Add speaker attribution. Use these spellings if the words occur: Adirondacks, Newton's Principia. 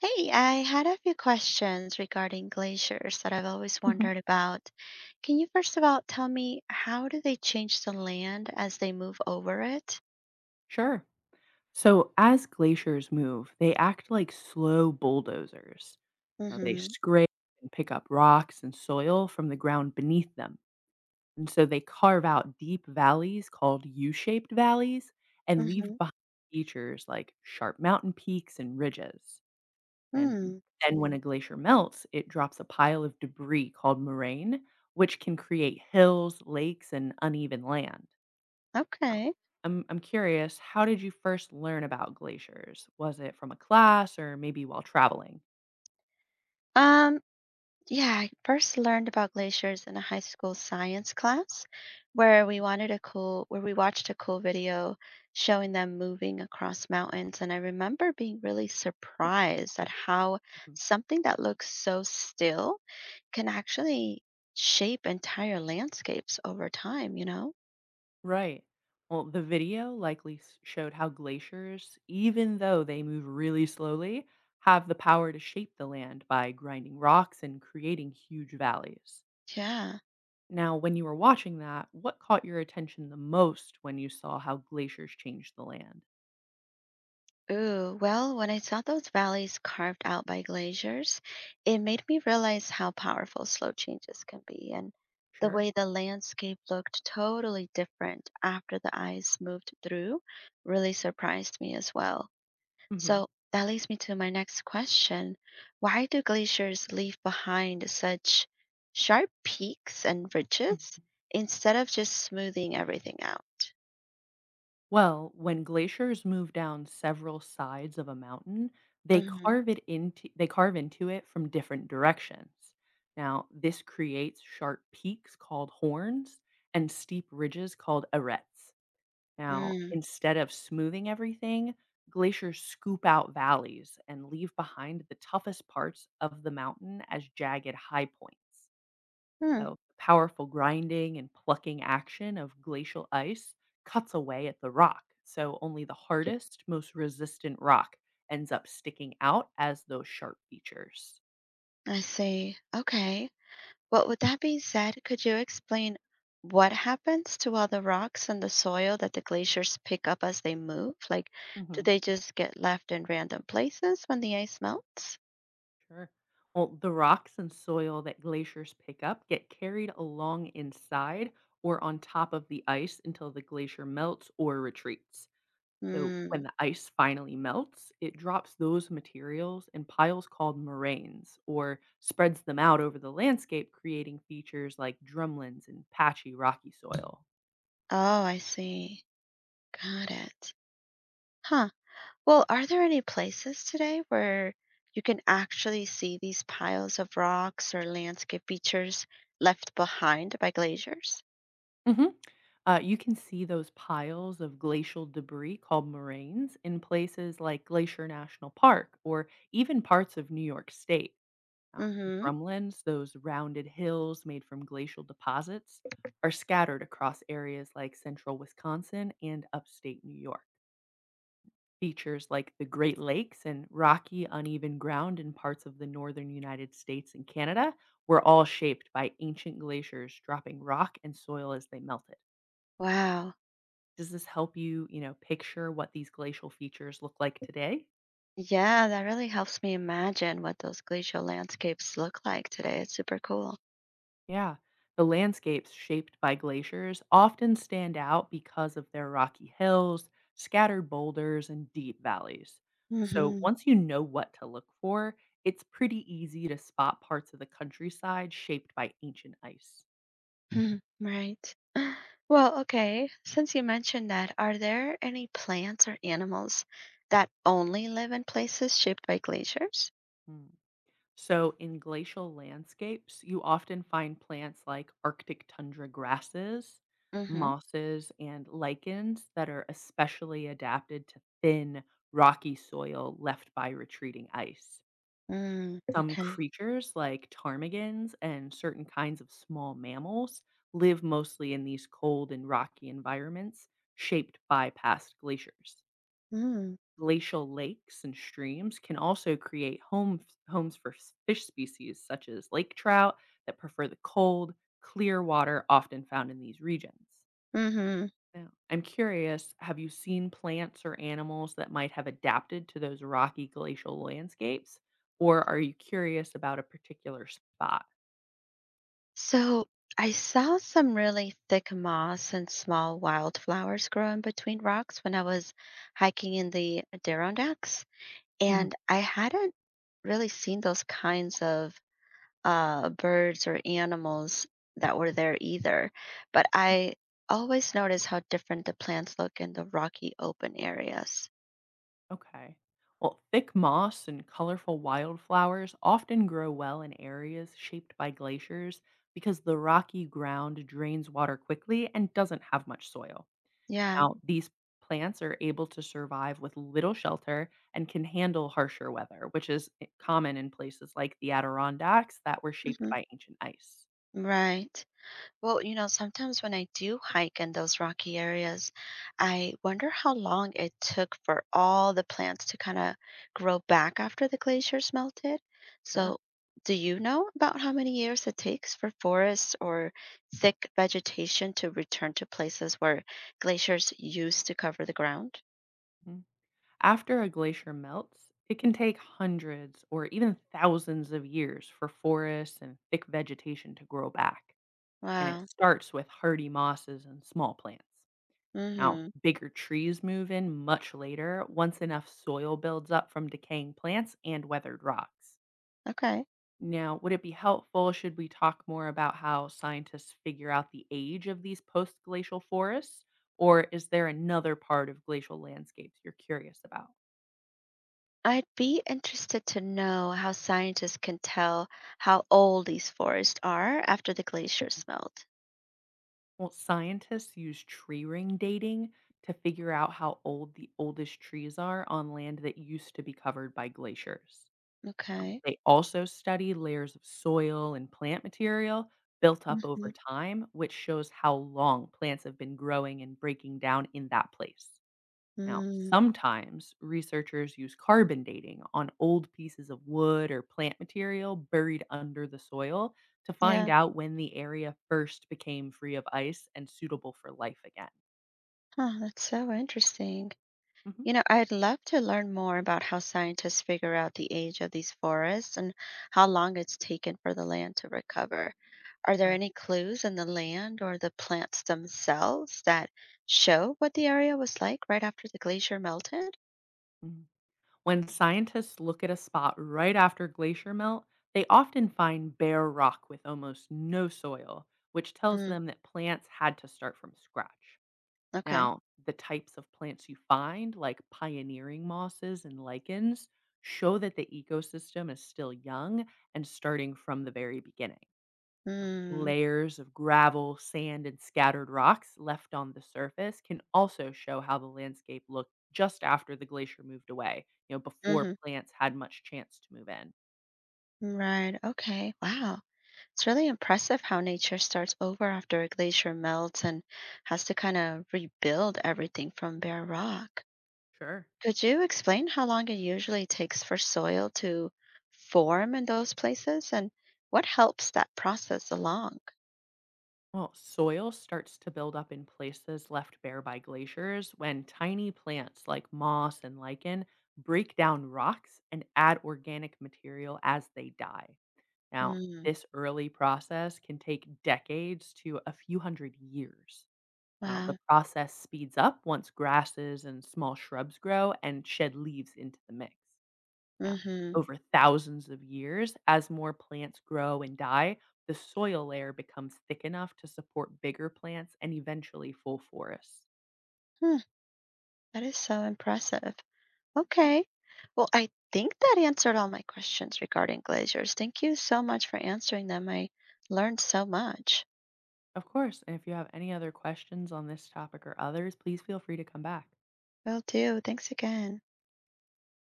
Speaker 1: Hey, I had a few questions regarding glaciers that I've always
Speaker 2: Mhm.
Speaker 1: wondered about. Can you first of all tell me how do they change the land as they move over it?
Speaker 2: Sure. So as glaciers move, they act like slow bulldozers. You know, they
Speaker 1: Mm-hmm.
Speaker 2: scrape and pick up rocks and soil from the ground beneath them. And so they carve out deep valleys called U-shaped valleys and leave
Speaker 1: Mm-hmm.
Speaker 2: behind features like sharp mountain peaks and ridges. And
Speaker 1: Mm.
Speaker 2: then when a glacier melts, it drops a pile of debris called moraine, which can create hills, lakes, and uneven land. Oh,
Speaker 1: Okay.
Speaker 2: I'm curious, how did you first learn about glaciers? Was it from a class or maybe while traveling?
Speaker 1: Um, yeah, I first learned about glaciers in a high school science class where we watched a cool video showing them moving across mountains, and I remember being really surprised at how
Speaker 2: Mhm.
Speaker 1: something that looks so still can actually shape entire landscapes over time, you know?
Speaker 2: Right. Well, the video likely showed how glaciers, even though they move really slowly, have the power to shape the land by grinding rocks and creating huge valleys.
Speaker 1: Yeah.
Speaker 2: Now, when you were watching that, what caught your attention the most when you saw how glaciers change the land?
Speaker 1: Ooh, well, when I saw those valleys carved out by glaciers, it made me realize how powerful slow changes can be and the
Speaker 2: Sure.
Speaker 1: way the landscape looked totally different after the ice moved through really surprised me as well.
Speaker 2: Mhm.
Speaker 1: So that leads me to my next question. Why do glaciers leave behind such sharp peaks and ridges instead of just smoothing everything out?
Speaker 2: Well, when glaciers move down several sides of a mountain,
Speaker 1: Mm-hmm.
Speaker 2: they carve into it from different directions. Now, this creates sharp peaks called horns and steep ridges called arêtes. Now,
Speaker 1: Mm.
Speaker 2: instead of smoothing everything, glaciers scoop out valleys and leave behind the toughest parts of the mountain as jagged high points.
Speaker 1: Hmm.
Speaker 2: So, the powerful grinding and plucking action of glacial ice cuts away at the rock. So, only the hardest, most resistant rock ends up sticking out as those sharp features.
Speaker 1: I see. Okay. Well, with that being said, could you explain what happens to all the rocks and the soil that the glaciers pick up as they move? Like, do
Speaker 2: hmm
Speaker 1: they just get left in random places when the ice melts?
Speaker 2: Sure. Well, the rocks and soil that glaciers pick up get carried along inside or on top of the ice until the glacier melts or retreats. So
Speaker 1: Hmm.
Speaker 2: when the ice finally melts, it drops those materials in piles called moraines or spreads them out over the landscape, creating features like drumlins and patchy rocky soil.
Speaker 1: Oh, I see. Got it. Huh. Well, are there any places today where you can actually see these piles of rocks or landscape features left behind by glaciers?
Speaker 2: Mhm. You can see those piles of glacial debris called moraines in places like Glacier National Park or even parts of New York State. Now,
Speaker 1: Mm-hmm.
Speaker 2: drumlins, those rounded hills made from glacial deposits, are scattered across areas like central Wisconsin and upstate New York. Features like the Great Lakes and rocky, uneven ground in parts of the northern United States and Canada were all shaped by ancient glaciers dropping rock and soil as they melted.
Speaker 1: Wow.
Speaker 2: Does this help you, picture what these glacial features look like today?
Speaker 1: Yeah, that really helps me imagine what those glacial landscapes look like today. It's super cool.
Speaker 2: Yeah. The landscapes shaped by glaciers often stand out because of their rocky hills, scattered boulders, and deep valleys. So
Speaker 1: Mm-hmm.
Speaker 2: once you know what to look for, it's pretty easy to spot parts of the countryside shaped by ancient ice.
Speaker 1: Right. Well, okay. Since you mentioned that, are there any plants or animals that only live in places shaped by glaciers?
Speaker 2: Hmm. So, in glacial landscapes, you often find plants like Arctic tundra grasses,
Speaker 1: Mm-hmm.
Speaker 2: mosses, and lichens that are especially adapted to thin, rocky soil left by retreating ice.
Speaker 1: Mm,
Speaker 2: Some
Speaker 1: okay.
Speaker 2: creatures, like ptarmigans and certain kinds of small mammals, live mostly in these cold and rocky environments shaped by past glaciers
Speaker 1: Mm.
Speaker 2: glacial lakes and streams can also homes for fish species such as lake trout that prefer the cold, clear water often found in these regions.
Speaker 1: Mm-hmm.
Speaker 2: Now, I'm curious have you seen plants or animals that might have adapted to those rocky glacial landscapes? Or are you curious about a particular spot?
Speaker 1: So I saw some really thick moss and small wildflowers growing between rocks when I was hiking in the Adirondacks. And I hadn't really seen those kinds of birds or animals that were there either. But I always notice how different the plants look in the rocky open areas.
Speaker 2: Okay. Well, thick moss and colorful wildflowers often grow well in areas shaped by glaciers because the rocky ground drains water quickly and doesn't have much soil.
Speaker 1: Yeah.
Speaker 2: Now, these plants are able to survive with little shelter and can handle harsher weather, which is common in places like the Adirondacks that were shaped
Speaker 1: Hmm.
Speaker 2: by ancient ice.
Speaker 1: Right. Well, you know, sometimes when I do hike in those rocky areas, I wonder how long it took for all the plants to kind of grow back after the glaciers melted.
Speaker 2: Sure.
Speaker 1: So, do you know about how many years it takes for forests or thick vegetation to return to places where glaciers used to cover the ground?
Speaker 2: Hmm. After a glacier melts, it can take hundreds or even thousands of years for forests and thick vegetation to grow back. And it
Speaker 1: Wow.
Speaker 2: starts with hardy mosses and small plants. Now,
Speaker 1: Mm-hmm.
Speaker 2: bigger trees move in much later once enough soil builds up from decaying plants and weathered rocks.
Speaker 1: Okay.
Speaker 2: Now, would it be helpful should we talk more about how scientists figure out the age of these post glacial forests? Or is there another part of glacial landscapes you're curious about?
Speaker 1: I'd be interested to know how scientists can tell how old these forests are after the glaciers melt.
Speaker 2: Well, scientists use tree ring dating to figure out how old the oldest trees are on land that used to be covered by glaciers. Now,
Speaker 1: Okay.
Speaker 2: they also study layers of soil and plant material built up
Speaker 1: Hmm.
Speaker 2: over time, which shows how long plants have been growing and breaking down in that place. Now,
Speaker 1: Mm,
Speaker 2: sometimes researchers use carbon dating on old pieces of wood or plant material buried under the soil to find
Speaker 1: yeah.
Speaker 2: out when the area first became free of ice and suitable for life again.
Speaker 1: Huh, that's so interesting.
Speaker 2: hmm
Speaker 1: You know, I'd love to learn more about how scientists figure out the age of these forests and how long it's taken for the land to recover. Are there
Speaker 2: Right.
Speaker 1: any clues in the land or the plants themselves that show what the area was like right after the glacier melted?
Speaker 2: Mhm. When scientists look at a spot right after glacier melt, they often find bare rock with almost no soil, which tells
Speaker 1: Mm,
Speaker 2: them that plants had to start from scratch.
Speaker 1: okay.
Speaker 2: Now, the types of plants you find, like pioneering mosses and lichens, show that the ecosystem is still young and starting from the very beginning. Now,
Speaker 1: Mm,
Speaker 2: layers of gravel, sand, and scattered rocks left on the surface can also show how the landscape looked just after the glacier moved away, you know, before
Speaker 1: mm-hmm.
Speaker 2: plants had much chance to move in.
Speaker 1: Right. Okay. Wow. It's really impressive how nature starts over after a glacier melts and has to kind of rebuild everything from bare rock.
Speaker 2: Sure.
Speaker 1: Could you explain how long it usually takes for soil to form in those places and what helps that process along?
Speaker 2: Well, soil starts to build up in places left bare by glaciers when tiny plants like moss and lichen break down rocks and add organic material as they die. Now,
Speaker 1: Mm,
Speaker 2: this early process can take decades to a few hundred years. Now, the
Speaker 1: wow.
Speaker 2: process speeds up once grasses and small shrubs grow and shed leaves into the mix. Now,
Speaker 1: Mm-hmm.
Speaker 2: over thousands of years, as more plants grow and die, the soil layer becomes thick enough to support bigger plants and eventually full forests.
Speaker 1: Hmm, that is so impressive.
Speaker 2: Mhm.
Speaker 1: Okay. Well, I think that answered all my questions regarding glaciers. Thank you so much for answering them. I learned so much.
Speaker 2: Of course, and if you have any other questions on this topic or others, please feel free to come back.
Speaker 1: Will do. Thanks again.